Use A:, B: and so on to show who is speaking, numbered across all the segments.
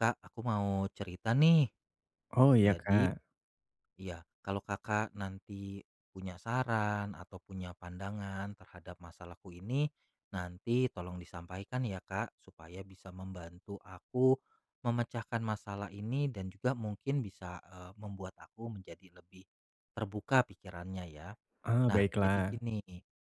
A: Kak, aku mau cerita nih.
B: Oh iya,
A: Jadi,
B: Kak.
A: ya, kalau Kakak nanti punya saran atau punya pandangan terhadap masalahku ini, nanti tolong disampaikan ya, Kak, supaya bisa membantu aku memecahkan masalah ini dan juga mungkin bisa membuat aku menjadi lebih terbuka pikirannya ya.
B: Ah,
A: Nah, jadi
B: baiklah.
A: gini,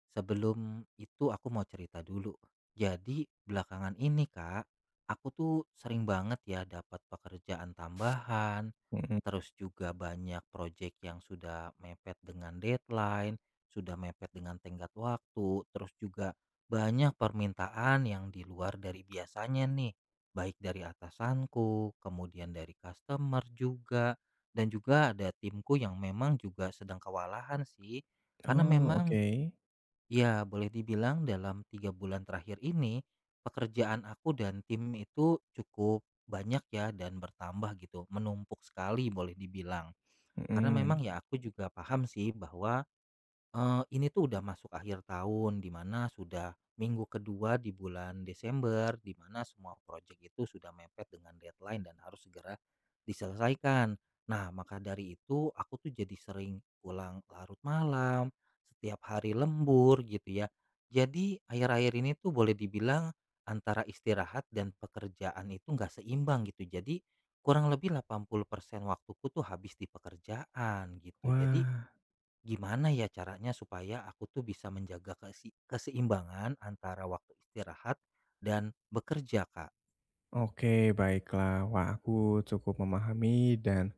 A: sebelum itu aku mau cerita dulu. Jadi belakangan ini Kak, aku tuh sering banget ya dapat pekerjaan tambahan,
B: Mhm.
A: terus juga banyak proyek yang sudah mepet dengan deadline, sudah mepet dengan tenggat waktu, terus juga banyak permintaan yang di luar dari biasanya nih, baik dari atasanku, kemudian dari customer juga, dan juga ada timku yang memang juga sedang kewalahan sih karena
B: Oh,
A: memang,
B: oke.
A: ya boleh dibilang dalam 3 bulan terakhir ini, pekerjaan aku dan tim itu cukup banyak ya dan bertambah gitu, menumpuk sekali boleh dibilang. Karena memang
B: Mhm.
A: ya aku juga paham sih bahwa ini tuh udah masuk akhir tahun, di mana sudah minggu kedua di bulan Desember, di mana semua proyek itu sudah mepet dengan deadline dan harus segera diselesaikan. Nah, maka dari itu aku tuh jadi sering pulang larut malam, setiap hari lembur gitu ya. Jadi akhir-akhir ini tuh boleh dibilang antara istirahat dan pekerjaan itu nggak seimbang gitu. Jadi kurang lebih 80% waktuku tuh habis di pekerjaan gitu. Jadi
B: Wah.
A: gimana ya caranya supaya aku tuh bisa menjaga keseimbangan antara waktu istirahat dan bekerja, Kak?
B: Oke, baiklah. Wah, aku cukup memahami dan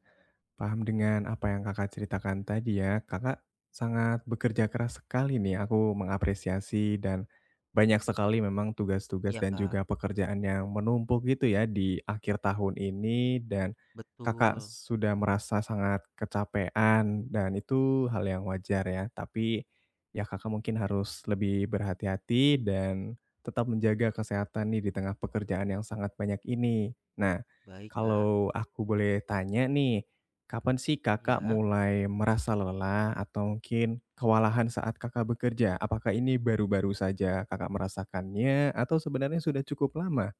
B: paham dengan apa yang Kakak ceritakan tadi ya. Kakak sangat bekerja keras sekali nih. Aku mengapresiasi dan banyak sekali memang tugas-tugas
A: Iya,
B: dan
A: Kak.
B: juga pekerjaan yang menumpuk gitu ya di akhir tahun ini dan Kakak
A: Betul,
B: sudah merasa sangat kecapean dan itu hal yang wajar ya. Tapi ya Kakak mungkin harus lebih berhati-hati dan tetap menjaga kesehatan nih di tengah pekerjaan yang sangat banyak ini. Nah,
A: baik Kak.
B: kalau aku boleh tanya nih, kapan sih Kakak
A: Ya,
B: mulai merasa lelah atau mungkin kewalahan saat Kakak bekerja? Apakah ini baru-baru saja Kakak merasakannya atau sebenarnya sudah cukup lama?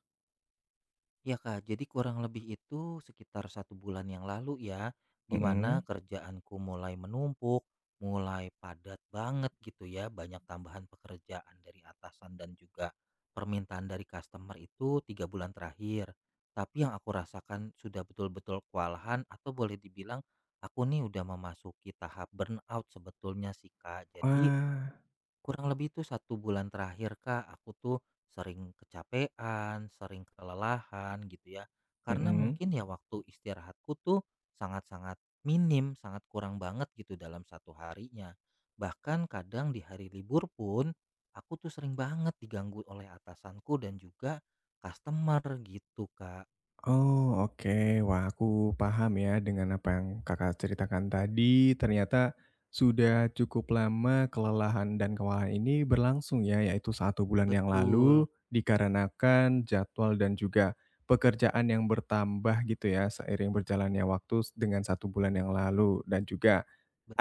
A: ya Kak, jadi kurang lebih itu sekitar 1 bulan yang lalu ya, di mana
B: Mhm.
A: kerjaanku mulai menumpuk, mulai padat banget gitu ya, banyak tambahan pekerjaan dari atasan dan juga permintaan dari customer itu 3 bulan terakhir. Tapi yang aku rasakan sudah betul-betul kewalahan atau boleh dibilang aku nih udah memasuki tahap burnout sebetulnya sih Kak. Jadi
B: Wah,
A: kurang lebih tuh 1 bulan terakhir, Kak, aku tuh sering kecapean, sering kelelahan gitu ya. Karena
B: mhm.
A: mungkin ya waktu istirahatku tuh sangat-sangat minim, sangat kurang banget gitu dalam satu harinya. Bahkan kadang di hari libur pun, aku tuh sering banget diganggu oleh atasanku dan juga customer gitu, Kak.
B: Oh, oke. Wah, aku paham ya dengan apa yang Kakak ceritakan tadi. Ternyata sudah cukup lama kelelahan dan kewalahan ini berlangsung ya, yaitu satu bulan yang
A: Betul,
B: lalu dikarenakan jadwal dan juga pekerjaan yang bertambah gitu ya seiring berjalannya waktu dengan satu bulan yang lalu dan juga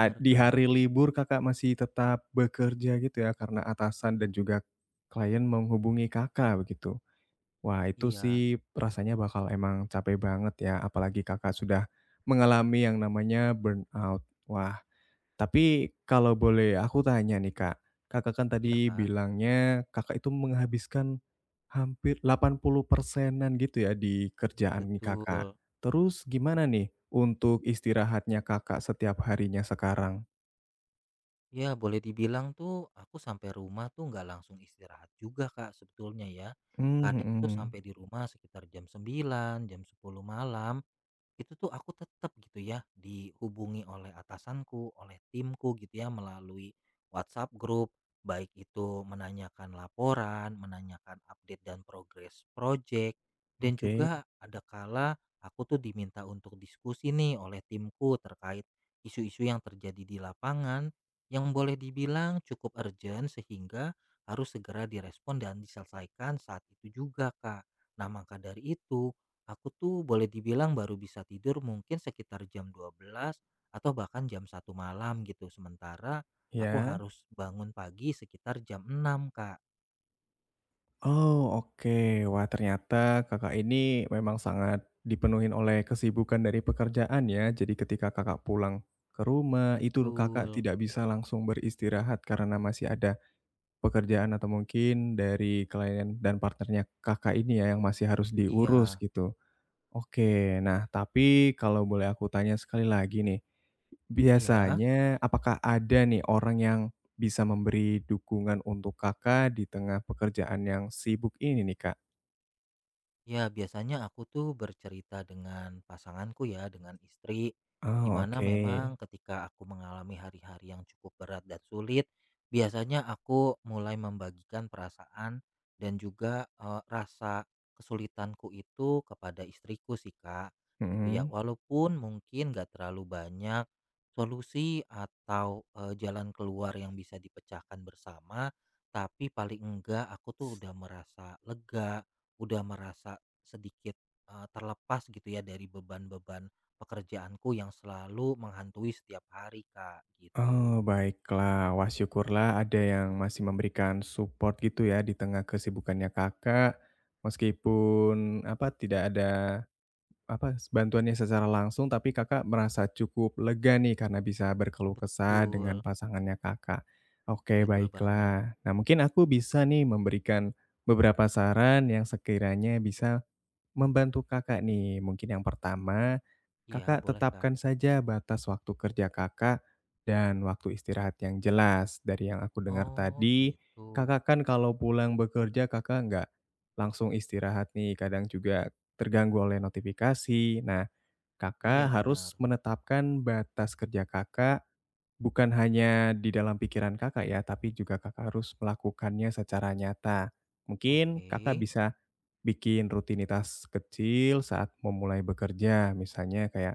B: di
A: Kak.
B: hari libur Kakak masih tetap bekerja gitu ya karena atasan dan juga klien menghubungi Kakak begitu. Wah, itu
A: Iya,
B: sih rasanya bakal emang capek banget ya, apalagi Kakak sudah mengalami yang namanya burnout. Wah, tapi kalau boleh aku tanya nih Kak, Kakak kan
A: iya,
B: tadi
A: Kak,
B: bilangnya Kakak itu menghabiskan hampir 80 persenan gitu ya di kerjaan nih Kakak.
A: betul.
B: Terus gimana nih untuk istirahatnya Kakak setiap harinya sekarang?
A: Ya, boleh dibilang tuh aku sampai rumah tuh nggak langsung istirahat juga Kak sebetulnya ya.
B: Mmm,
A: Kadang
B: Hmm,
A: tuh
B: mhm.
A: sampai di rumah sekitar jam 9 jam 10 malam, itu tuh aku tetap gitu ya, dihubungi oleh atasanku, oleh timku gitu ya, melalui WhatsApp grup, baik itu menanyakan laporan, menanyakan update dan progres project, dan
B: Oke,
A: juga ada kala aku tuh diminta untuk diskusi nih oleh timku terkait isu-isu yang terjadi di lapangan yang boleh dibilang cukup urgent sehingga harus segera direspon dan diselesaikan saat itu juga, Kak. Nah, maka dari itu aku tuh boleh dibilang baru bisa tidur mungkin sekitar jam 12 atau bahkan jam 1 malam gitu. Sementara aku
B: ya.
A: harus bangun pagi sekitar jam 6, Kak.
B: Oh, oke. Wah, ternyata Kakak ini memang sangat dipenuhin oleh kesibukan dari pekerjaan ya. Jadi ketika Kakak pulang ke rumah, itu Kakak
A: Betul.
B: tidak bisa langsung beristirahat karena masih ada pekerjaan atau mungkin dari klien dan partnernya Kakak ini ya yang masih harus diurus
A: Iya,
B: gitu. Oke. Nah, tapi kalau boleh aku tanya sekali lagi nih,
A: iya.
B: biasanya apakah ada nih orang yang bisa memberi dukungan untuk Kakak di tengah pekerjaan yang sibuk ini nih, Kak?
A: Ya, biasanya aku tuh bercerita dengan pasanganku ya, dengan istri, di
B: Oh,
A: mana
B: oke.
A: memang ketika aku mengalami hari-hari yang cukup berat dan sulit, biasanya aku mulai membagikan perasaan dan juga rasa kesulitanku itu kepada istriku sih, Kak. Gitu ya,
B: Mhm.
A: walaupun mungkin gak terlalu banyak solusi atau jalan keluar yang bisa dipecahkan bersama, tapi paling enggak aku tuh udah merasa lega, udah merasa sedikit, terlepas gitu ya dari beban-beban pekerjaanku yang selalu menghantui setiap hari, Kak, gitu.
B: Oh, baiklah. Wah, syukurlah ada yang masih memberikan support gitu ya di tengah kesibukannya Kakak, meskipun, apa, tidak ada apa, bantuannya secara langsung, tapi Kakak merasa cukup lega nih karena bisa berkeluh kesah dengan
A: Betul,
B: pasangannya Kakak. Oke,
A: betul banget.
B: baiklah. Nah, mungkin aku bisa nih memberikan beberapa saran yang sekiranya bisa membantu Kakak nih. Mungkin yang pertama
A: Iya,
B: Kakak
A: boleh, Kak.
B: tetapkan saja batas waktu kerja Kakak dan waktu istirahat yang jelas. Dari yang aku dengar
A: Oh,
B: tadi,
A: gitu.
B: Kakak kan kalau pulang bekerja Kakak nggak langsung istirahat nih, kadang juga terganggu oleh notifikasi. Nah,
A: Iya,
B: Kakak harus
A: benar.
B: menetapkan batas kerja Kakak bukan hanya di dalam pikiran Kakak ya, tapi juga Kakak harus melakukannya secara nyata. Mungkin
A: Oke,
B: Kakak bisa bikin rutinitas kecil saat memulai bekerja, misalnya kayak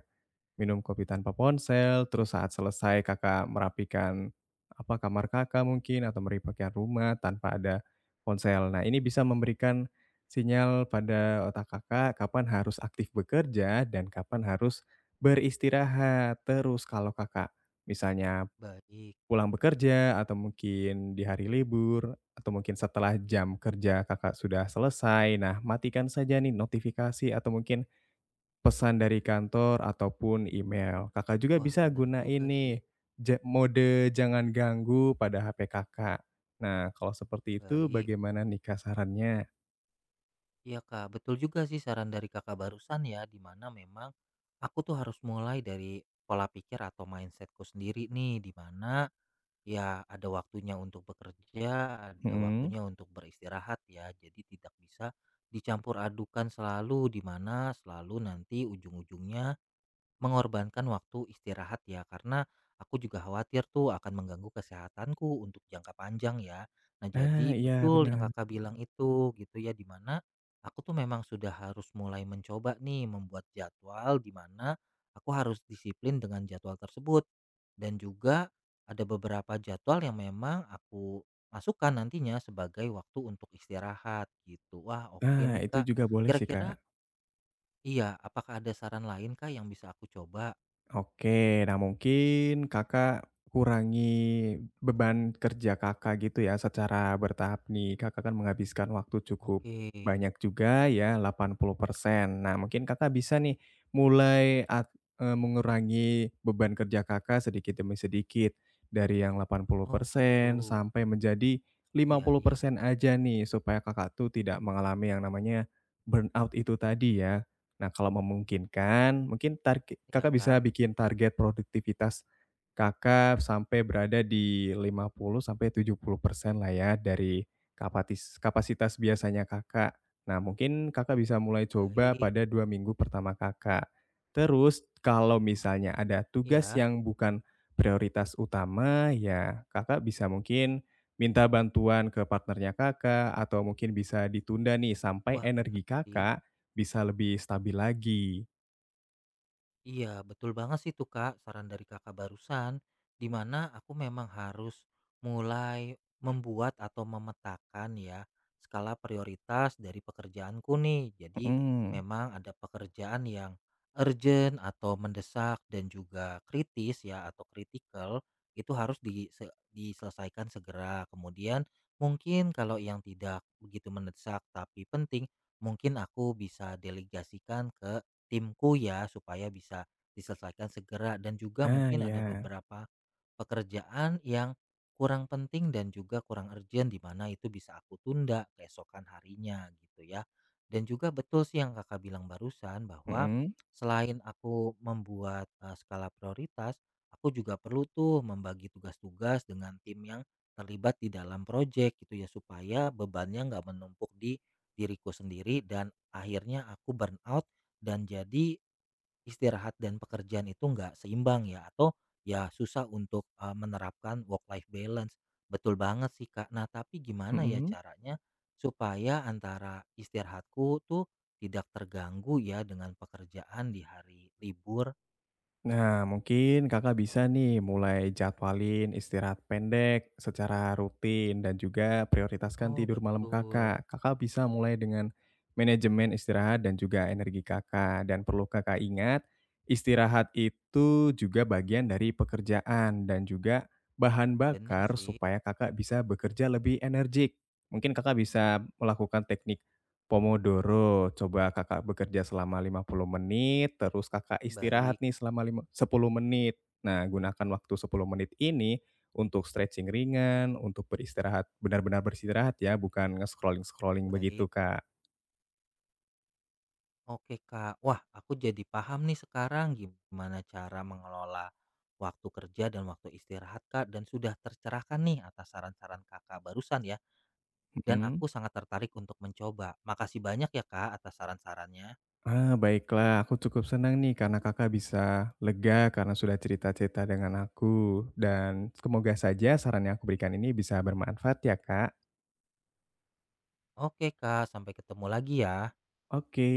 B: minum kopi tanpa ponsel, terus saat selesai Kakak merapikan, apa, kamar Kakak mungkin atau merapikan rumah tanpa ada ponsel. Nah, ini bisa memberikan sinyal pada otak Kakak kapan harus aktif bekerja dan kapan harus beristirahat. Terus kalau Kakak misalnya
A: baik.
B: pulang bekerja atau mungkin di hari libur atau mungkin setelah jam kerja Kakak sudah selesai. Nah, matikan saja nih notifikasi atau mungkin pesan dari kantor ataupun email. Kakak juga
A: Wah,
B: bisa
A: benar
B: guna
A: juga sih.
B: ini mode jangan ganggu pada HP Kakak. Nah, kalau seperti itu
A: Baik.
B: bagaimana nih, Kak, sarannya?
A: Iya, Kak, betul juga sih saran dari Kakak barusan ya, di mana memang aku tuh harus mulai dari pola pikir atau mindsetku sendiri nih, di mana ya, ada waktunya untuk bekerja, ada
B: Mhm.
A: waktunya untuk beristirahat ya. Jadi tidak bisa dicampur adukan selalu di mana selalu nanti ujung-ujungnya mengorbankan waktu istirahat ya, karena aku juga khawatir tuh akan mengganggu kesehatanku untuk jangka panjang ya. Nah,
B: Nah,
A: jadi
B: iya
A: betul yang
B: benar.
A: Kakak bilang itu gitu ya, dimana aku tuh memang sudah harus mulai mencoba nih membuat jadwal di mana aku harus disiplin dengan jadwal tersebut. Dan juga ada beberapa jadwal yang memang aku masukkan nantinya sebagai waktu untuk istirahat gitu. Wah, oke
B: Nah,
A: nih
B: itu
A: Kak.
B: juga boleh sih,
A: Kira-kira
B: Kak.
A: iya, apakah ada saran lain Kak yang bisa aku coba?
B: Oke, nah mungkin Kakak kurangi beban kerja Kakak gitu ya secara bertahap nih. Kakak kan menghabiskan waktu cukup
A: Oke.
B: banyak juga ya 80%. Nah, mungkin Kakak bisa nih mulai mengurangi beban kerja Kakak sedikit demi sedikit dari yang delapan puluh
A: Oh gitu.
B: persen sampai menjadi lima
A: Iya
B: puluh
A: iya.
B: persen aja nih supaya Kakak tuh tidak mengalami yang namanya burnout itu tadi ya. Nah, kalau memungkinkan, mungkin target
A: Iya
B: Kakak bisa
A: Kak,
B: bikin target produktivitas Kakak sampai berada di 50 sampai 70% lah ya dari kapasitas biasanya Kakak. Nah, mungkin Kakak bisa mulai coba
A: baik.
B: pada 2 minggu pertama Kakak. Terus kalau misalnya ada tugas
A: Iya.
B: yang bukan prioritas utama, ya Kakak bisa mungkin minta bantuan ke partnernya Kakak atau mungkin bisa ditunda nih sampai
A: Wah
B: energi
A: benar sih.
B: Kakak bisa lebih stabil lagi.
A: Iya, betul banget sih tuh Kak, saran dari Kakak barusan, di mana aku memang harus mulai membuat atau memetakan ya skala prioritas dari pekerjaanku nih. Jadi
B: Mhm.
A: memang ada pekerjaan yang urgent atau mendesak dan juga kritis ya atau critical itu harus diselesaikan segera. Kemudian mungkin kalau yang tidak begitu mendesak tapi penting, mungkin aku bisa delegasikan ke timku ya supaya bisa diselesaikan segera dan juga
B: Ah,
A: mungkin ada
B: ya.
A: beberapa pekerjaan yang kurang penting dan juga kurang urgent di mana itu bisa aku tunda keesokan harinya gitu ya. Dan juga betul sih yang Kakak bilang barusan bahwa
B: Mhm
A: selain aku membuat skala prioritas, aku juga perlu tuh membagi tugas-tugas dengan tim yang terlibat di dalam proyek gitu ya supaya bebannya nggak menumpuk di diriku sendiri dan akhirnya aku burn out dan jadi istirahat dan pekerjaan itu nggak seimbang ya atau ya susah untuk, menerapkan work life balance. Betul banget sih, Kak. Nah, tapi gimana ya
B: mhm.
A: caranya supaya antara istirahatku tuh tidak terganggu ya dengan pekerjaan di hari libur?
B: Nah, mungkin Kakak bisa nih mulai jadwalin istirahat pendek secara rutin dan juga prioritaskan
A: Oh,
B: tidur malam
A: betul.
B: Kakak. Kakak bisa mulai dengan manajemen istirahat dan juga energi Kakak, dan perlu Kakak ingat, istirahat itu juga bagian dari pekerjaan dan juga bahan
A: Bener
B: bakar
A: sih.
B: supaya Kakak bisa bekerja lebih energik. Mungkin Kakak bisa melakukan teknik Pomodoro, coba Kakak bekerja selama 50 menit, terus Kakak
A: Baik
B: istirahat nih selama lima 10 menit. Nah, gunakan waktu 10 menit ini untuk stretching ringan, untuk beristirahat, benar-benar beristirahat ya, bukan nge-scrolling-scrolling
A: baik.
B: begitu, Kak.
A: Oke Kak, wah aku jadi paham nih sekarang gimana cara mengelola waktu kerja dan waktu istirahat Kak dan sudah tercerahkan nih atas saran-saran Kakak barusan ya dan aku
B: Mhm.
A: sangat tertarik untuk mencoba. Makasih banyak ya Kak atas saran-sarannya.
B: Ah, baiklah, aku cukup senang nih karena Kakak bisa lega karena sudah cerita-cerita dengan aku, dan semoga saja saran yang aku berikan ini bisa bermanfaat ya, Kak.
A: Oke Kak, sampai ketemu lagi ya.
B: Oke.